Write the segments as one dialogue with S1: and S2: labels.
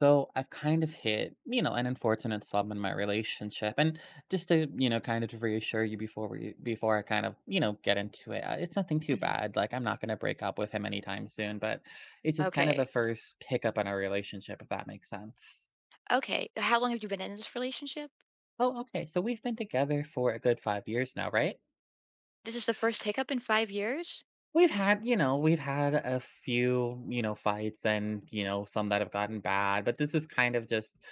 S1: So I've kind of hit, you know, an unfortunate slump in my relationship. And just to, you know, kind of to reassure you before we before I kind of, you know, get into it, it's nothing too
S2: Mhm.
S1: bad. Like I'm not gonna break up with him anytime soon, but it's just kind of
S2: Okay.
S1: the first hiccup in our relationship, if that makes sense.
S2: Okay, how long have you been in this relationship?
S1: Oh, okay. So we've been together for a good 5 years now, right?
S2: This is the first hiccup in 5 years?
S1: We've had a few, you know, fights and, you know, some that have gotten bad, but this is kind of just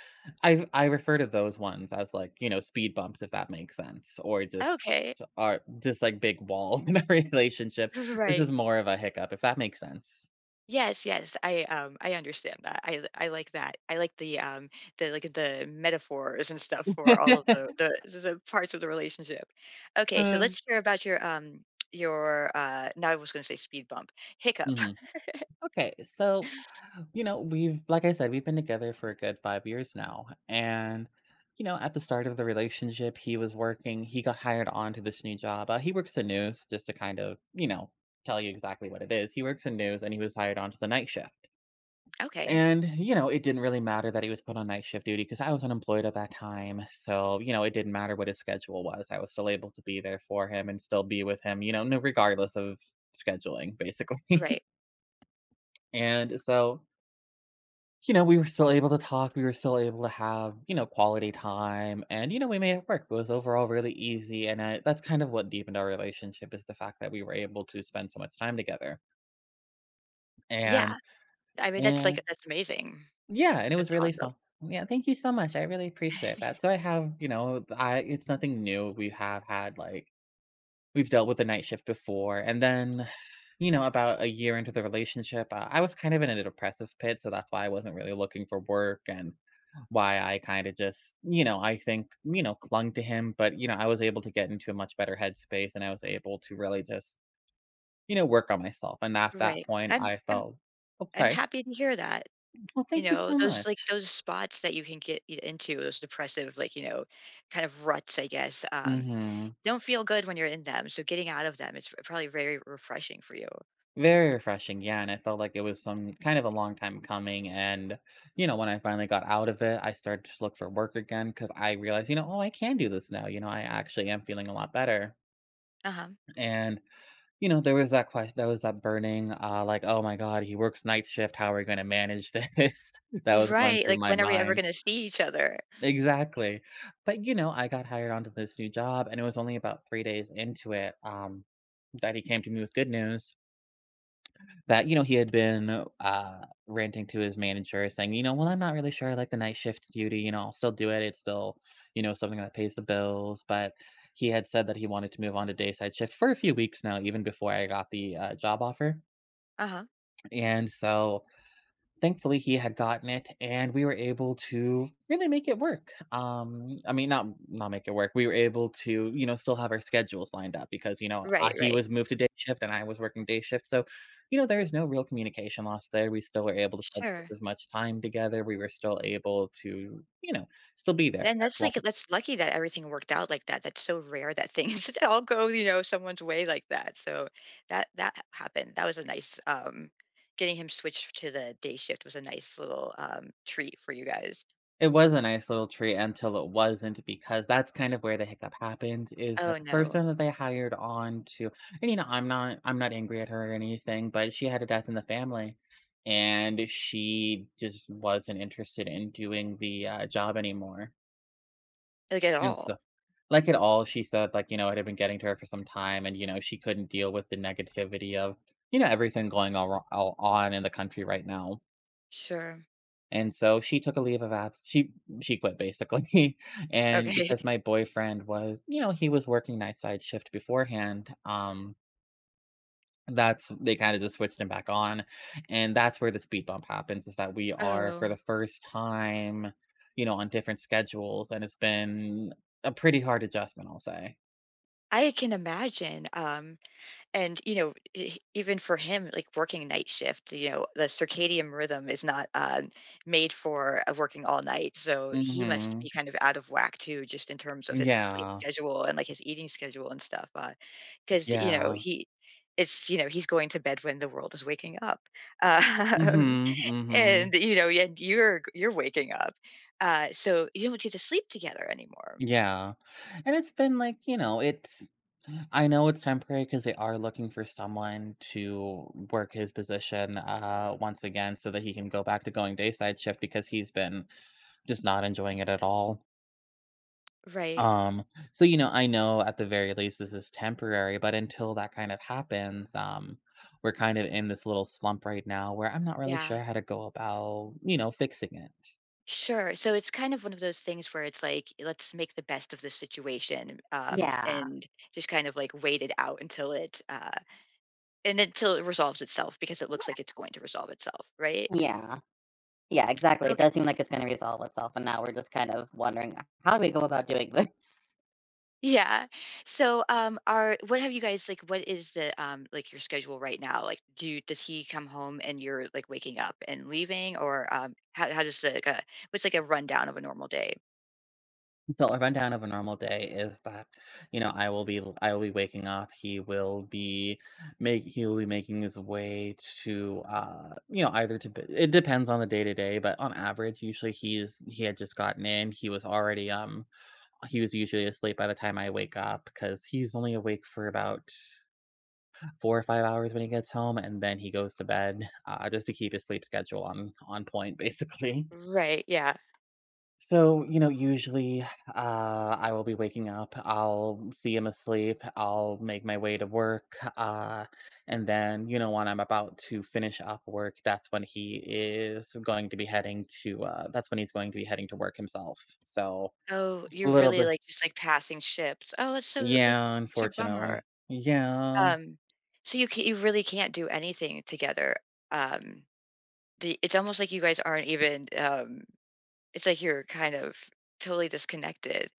S1: I refer to those ones as like, you know, speed bumps if that makes sense or just
S2: Okay.
S1: are just like big walls in a relationship. This
S2: Right.
S1: is more of a hiccup if that makes sense.
S2: Yes, yes. I understand that. I like that. I like the, like, the metaphors and stuff for all of the s s parts of the relationship. Okay, so
S1: Uh,
S2: let's hear about your, now I was gonna say speed bump, hiccup.
S1: Mhm. Okay, so you know, we've like I said, we've been together for a good 5 years now. And, you know, at the start of the relationship, he was working, he got hired on to this new job. He works in news, just to kind of, you know, tell you exactly what it is. He works in news and he was hired on to the night shift.
S2: Okay.
S1: And, you know, it didn't really matter that he was put on night shift duty because I was unemployed at that time. So, you know, it didn't matter what his schedule was. I was still able to be there for him and still be with him, you know, no regardless of scheduling, basically.
S2: Right.
S1: And we were still able to talk, we were still able to have, you know, quality time, and, you know, we made it work. It was overall really easy, and I that's kind of what deepened our relationship is the fact that we were able to spend so much time together,
S2: Yeah.
S1: and
S2: I mean, that's,
S1: and
S2: like that's amazing.
S1: yeah, and it was
S2: That's
S1: really
S2: awesome.
S1: fun. Yeah, thank you so much, I really appreciate that. So I have, you know, I it's nothing new, we have had, like, we've dealt with the night shift before, and then, you know, about a year into the relationship, I was kind of in a depressive pit, so that's why I wasn't really looking for work and why I kind of just, you know, I think, you know, clung to him, but you know, I was able to get into a much better headspace and I was able to really just, you know, work on myself. And at that
S2: Right.
S1: point,
S2: I'm I'm
S1: oh,
S2: I'm
S1: sorry.
S2: happy to hear that.
S1: Well,
S2: You
S1: thank you
S2: know,
S1: so
S2: those like
S1: much.
S2: those spots that you can into, those depressive, like, you know, kind of ruts, I guess,
S1: Mhm.
S2: don't feel good when you're in them. So getting out of them, it's probably very refreshing for you.
S1: Very refreshing, yeah, and I felt like it was some kind of a long time coming, and, you know, when I finally got out of it, I started to look for work again because I realized, you know, "Oh, I can do this now," you know, I actually am feeling a lot better,
S2: Uh-huh.
S1: and, you know, there was that question, there was that burning, like, "Oh my god, he works night shift, how are we gonna manage this?" That was going
S2: Right.
S1: through
S2: Like,
S1: my
S2: when are we ever going
S1: mind.
S2: to see each other?
S1: Exactly, but, you know, I got hired onto this new job, and it was only about 3 days into it, that he came to me with good news. He had been ranting to his manager saying, you know, "Well, I'm not really sure I like the night shift duty, you know, I'll still do it, it's still, you know, something that pays the bills," but he had said that he wanted to move on to dayside shift for a few weeks now, even before I got the, job offer,
S2: Uh-huh.
S1: and so thankfully, he had gotten it, and we were able to really make it work. I mean, not make it work. We were able to, you know, still have our schedules lined up because, you know,
S2: Right,
S1: he was
S2: right.
S1: moved to day shift and I was working day shift. So, you know, there is no real communication loss there. We still were able to spend just
S2: Sure.
S1: as much time together. We were still able to, you know, still be there
S2: Then
S1: as
S2: that's
S1: long.
S2: like, that's lucky that everything worked out like that. That's so rare that things all go, you know, someone's way like that. So that, that happened. That was a getting him switched to the day shift was a nice little treat for you guys.
S1: It was a nice little treat until it wasn't because that's kind of where the hiccup happened is
S2: Oh,
S1: that the
S2: no.
S1: person that they hired on to and, you know, I'm not angry at her or anything, but she had a death in the family, and she just wasn't interested in doing the, job anymore,
S2: Like, at
S1: and so
S2: all.
S1: she said, like, you know, it had been getting to her for some time and, you know, she couldn't deal with the negativity of, you know, everything going all on in the country right now.
S2: Sure.
S1: And so she took a leave of abs she quit basically, and
S2: Okay.
S1: because my boyfriend was you know, he was working night side shift beforehand, that's they kinda just switched him back on, and that's where the speed bump happens is that we are for the
S2: Um,
S1: first time, you know, on different schedules, and it's been a pretty hard adjustment, I'll say.
S2: I can imagine, and, you know, e even for him, like, working night shift, you know, the circadian rhythm is not made for, working all night, so he must
S1: Mhm.
S2: be kind of out of whack too, just in terms of his sleep
S1: Yeah.
S2: schedule and, like, his eating schedule and stuff. Because you know,
S1: Yeah.
S2: he it's you know, he's going to bed when the world is waking up. Um
S1: Mhm,
S2: and
S1: mhm.
S2: you know and you're waking up, so you don't get to sleep together anymore.
S1: Yeah. And it's been like, you know, it's I know it's temporary because they are looking for someone to work his position once again so that he can go back to going dayside shift because he's been just not enjoying it at all.
S2: Right.
S1: Um so you know, I know at the very least this is temporary, but until that kind of happens, we're kind of in this little slump right now where I'm not really
S2: Yeah.
S1: sure how to go about, you know, fixing it.
S2: Sure, so it's kind of one of those things where it's like let's make the best of the situation
S1: Yeah.
S2: and just kind of like wait it out until it and until it resolves itself because it looks like it's going to resolve itself, right?
S1: Yeah. Yeah, exactly. It does seem like it's gonna resolve itself, and now we're just kind of wondering, "How do we go about doing this?"
S2: Yeah. So, are what have you guys like? What is the like your schedule right now? Like, does he come home and you're like waking up and leaving, or how does the, like a what's like a rundown of a normal day?
S1: So a rundown of a normal day is that, you know, I will be waking up, he will be making his way to, you know, either to b it depends on the day to day, but on average, usually he had just gotten in, he was already, he was usually asleep by the time I wake up because he's only awake for about 4 or 5 hours when he gets home, and then he goes to bed, just to keep his sleep schedule on point, basically.
S2: Right. Yeah.
S1: So, you know, usually, I will be waking up, I'll see him asleep, I'll make my way to work, and then, you know, when I'm about to finish up work, that's when he is going to be heading to, that's when he's going to be heading to work himself. So,
S2: Oh,
S1: a
S2: you're
S1: little
S2: really
S1: bit.
S2: like just like passing ships. Oh, that's so like
S1: Yeah,
S2: such a bummer.
S1: unfortunately. Yeah.
S2: Um, so you can you really can't do anything together. Um, the it's almost like you guys aren't even It's like you're kind of totally disconnected.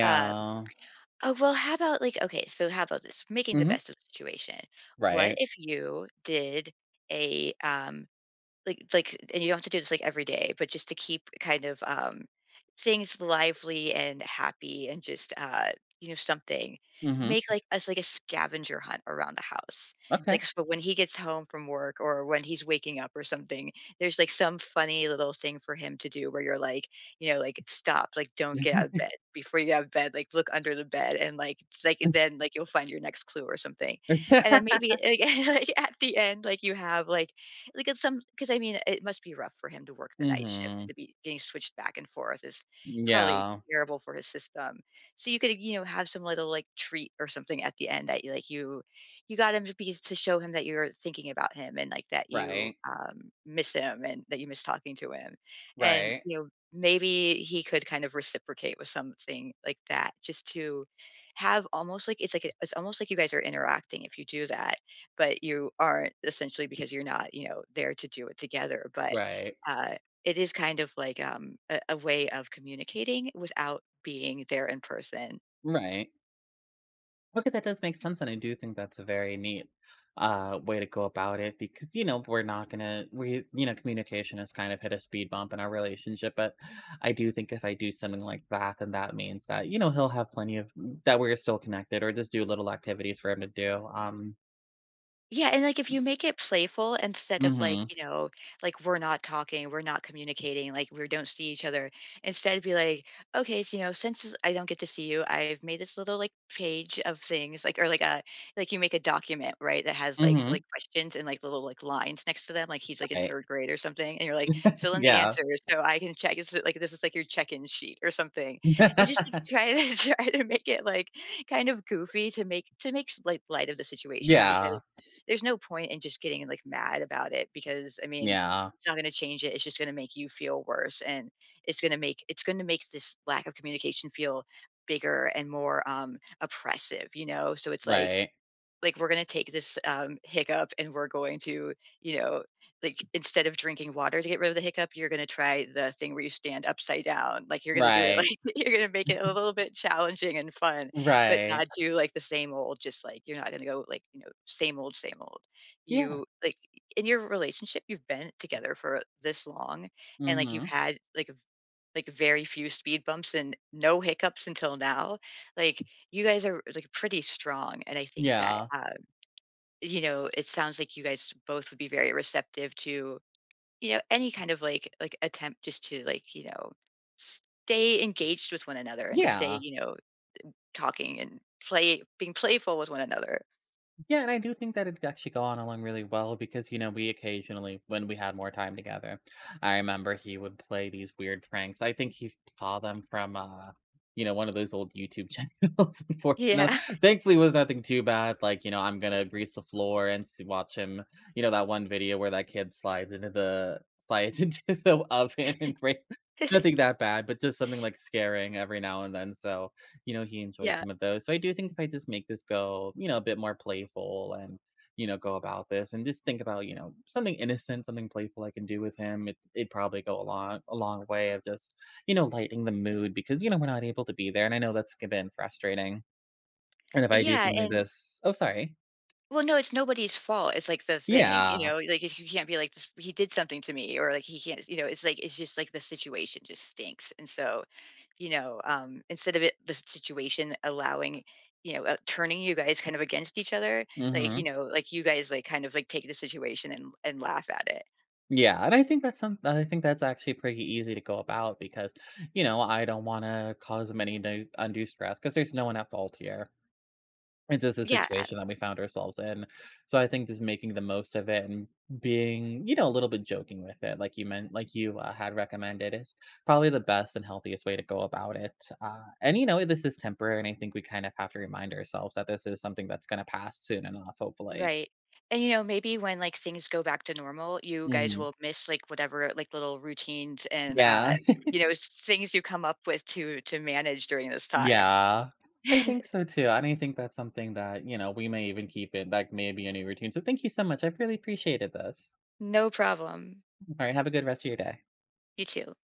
S2: Uh. Oh, well, how about like okay, so how about this? Making the
S1: Mhm.
S2: best of the situation. What
S1: Right.
S2: if you did a like and you don't have to do this like every day but just to keep kind of things lively and happy and just you know something
S1: Mhm.
S2: make like us like a scavenger hunt around the house,
S1: Okay.
S2: like so when he gets home from work or when he's waking up or something there's like some funny little thing for him to do where you're like you know like stop like don't get out of bed before you get out of bed like look under the bed and like it's like then like you'll find your next clue or something. And then maybe like, like at the end like you have like it's some because I mean, it must be rough for him to work the night shift and
S1: Mhm.
S2: to be getting switched back and forth is probably
S1: Yeah.
S2: terrible for his system. So you could, you know, have some little like treat or something at the end that you like you got him to be to show him that you're thinking about him and like that you
S1: Right.
S2: miss him and that you miss talking to him. And
S1: Right.
S2: you know, maybe he could kind of reciprocate with something like that just to have almost like it's like a, it's almost like you guys are interacting if you do that but you aren't essentially because you're not, you know, there to do it together. But
S1: Right.
S2: uh, it is kind of like a way of communicating without being there in person.
S1: Right. Okay, that does make sense, and I do think that's a very neat way to go about it because you know we're not gonna we you know communication has kind of hit a speed bump in our relationship, but I do think if I do something like that, then that means that, you know, he'll have plenty of that we're still connected, or just do little activities for him to do.
S2: Yeah, and, like, if you make it playful instead of, like,
S1: Mhm.
S2: you know, like, we're not talking, we're not communicating, like, we don't see each other, instead be like, "Okay, so, you know, since I don't get to see you, I've made this little, like, page of things," like, or like a like, you make a document, right, that has, like,
S1: Mhm.
S2: questions and, like, little, like, lines next to them, like, he's, like, in
S1: Right.
S2: 3rd grade or something, and you're like, "Fill in the
S1: Yeah.
S2: answers so I can check this" like, "This is, like, your check-in sheet," or something, and just, like, try to try to make it, like, kind of goofy to make s like, light of the situation because
S1: Yeah.
S2: there's no point in just getting like mad about it because I mean,
S1: Yeah.
S2: it's not going to change it. It's just going to make you feel worse, and it's going to make this lack of communication feel bigger and more oppressive. You know, so it's
S1: Right.
S2: like we're going to take this hiccup and we're going to you know like instead of drinking water to get rid of the hiccup you're going to try the thing where you stand upside down like you're going to do it like
S1: Right.
S2: you're going to make it a little bit challenging and fun but not
S1: Right.
S2: do like the same old just like you're not going to go like you know same old
S1: Yeah.
S2: you like in your relationship you've been together for this long and like you've
S1: Mhm.
S2: had like like very few speed bumps and no hiccups until now like you guys are like pretty strong and I think that
S1: Yeah.
S2: you know, it sounds like you guys both would be very receptive to, you know, any kind of like attempt just to like, you know, stay engaged with one another and to stay,
S1: Yeah.
S2: you know, talking and play being playful with one another.
S1: Yeah, and I do think that it actually gone along really well because, you know, we occasionally, when we had more time together, I remember he would play these weird pranks. I think he saw them from, you know, one of those old YouTube channels,
S2: Yeah.
S1: unfortunately. Thankfully, it was nothing too bad. Like, you know, I'm gonna grease the floor and s watch him. You know, that one video where that kid slides into the oven and break. Nothing that bad, but just something, like, scaring every now and then, so you know, he enjoyed
S2: Yeah.
S1: some of those. So I do think if I just make this go, you know, a bit more playful and, you know, go about this and just think about, you know, something innocent, something playful I can do with him, it'd probably go a a long way of just, you know, lightening the mood because, you know, we're not able to be there. And I know that's been frustrating. And if I do
S2: Yeah,
S1: something
S2: and
S1: this, oh, sorry.
S2: well, no, it's nobody's fault. It's like the thing, you
S1: Yeah.
S2: know, like if you can't be like this, he did something to me, or like he can't, you know, it's like it's just like the situation just stinks. And so you know, instead of it, the situation allowing, you know, turning you guys kind of against each other, like, you
S1: Hmm.
S2: know, like you guys like kind of like take the situation and laugh at it.
S1: Yeah. And I think that's actually pretty easy to go about because, you know, I don't want to cause him any undue stress because there's no one at fault here. It's just a
S2: Yeah,
S1: situation that we found ourselves in. So I think just making the most of it and being, you know, a little bit joking with it, like you had recommended, is probably the best and healthiest way to go about it. And, you know, this is temporary. And I think we kind of have to remind ourselves that this is something that's going to pass soon enough, hopefully.
S2: right. And you know, maybe when like things go back to normal, you guys
S1: Hmm.
S2: will miss like whatever like little routines and
S1: Yeah.
S2: you know, things you come up with to manage during this time.
S1: Yeah. I think so too. And I think that's something that, you know, we may even keep it, like maybe a new routine. So thank you so much. I've really appreciated this.
S2: No problem.
S1: All right. Have a good rest of your day.
S2: You too.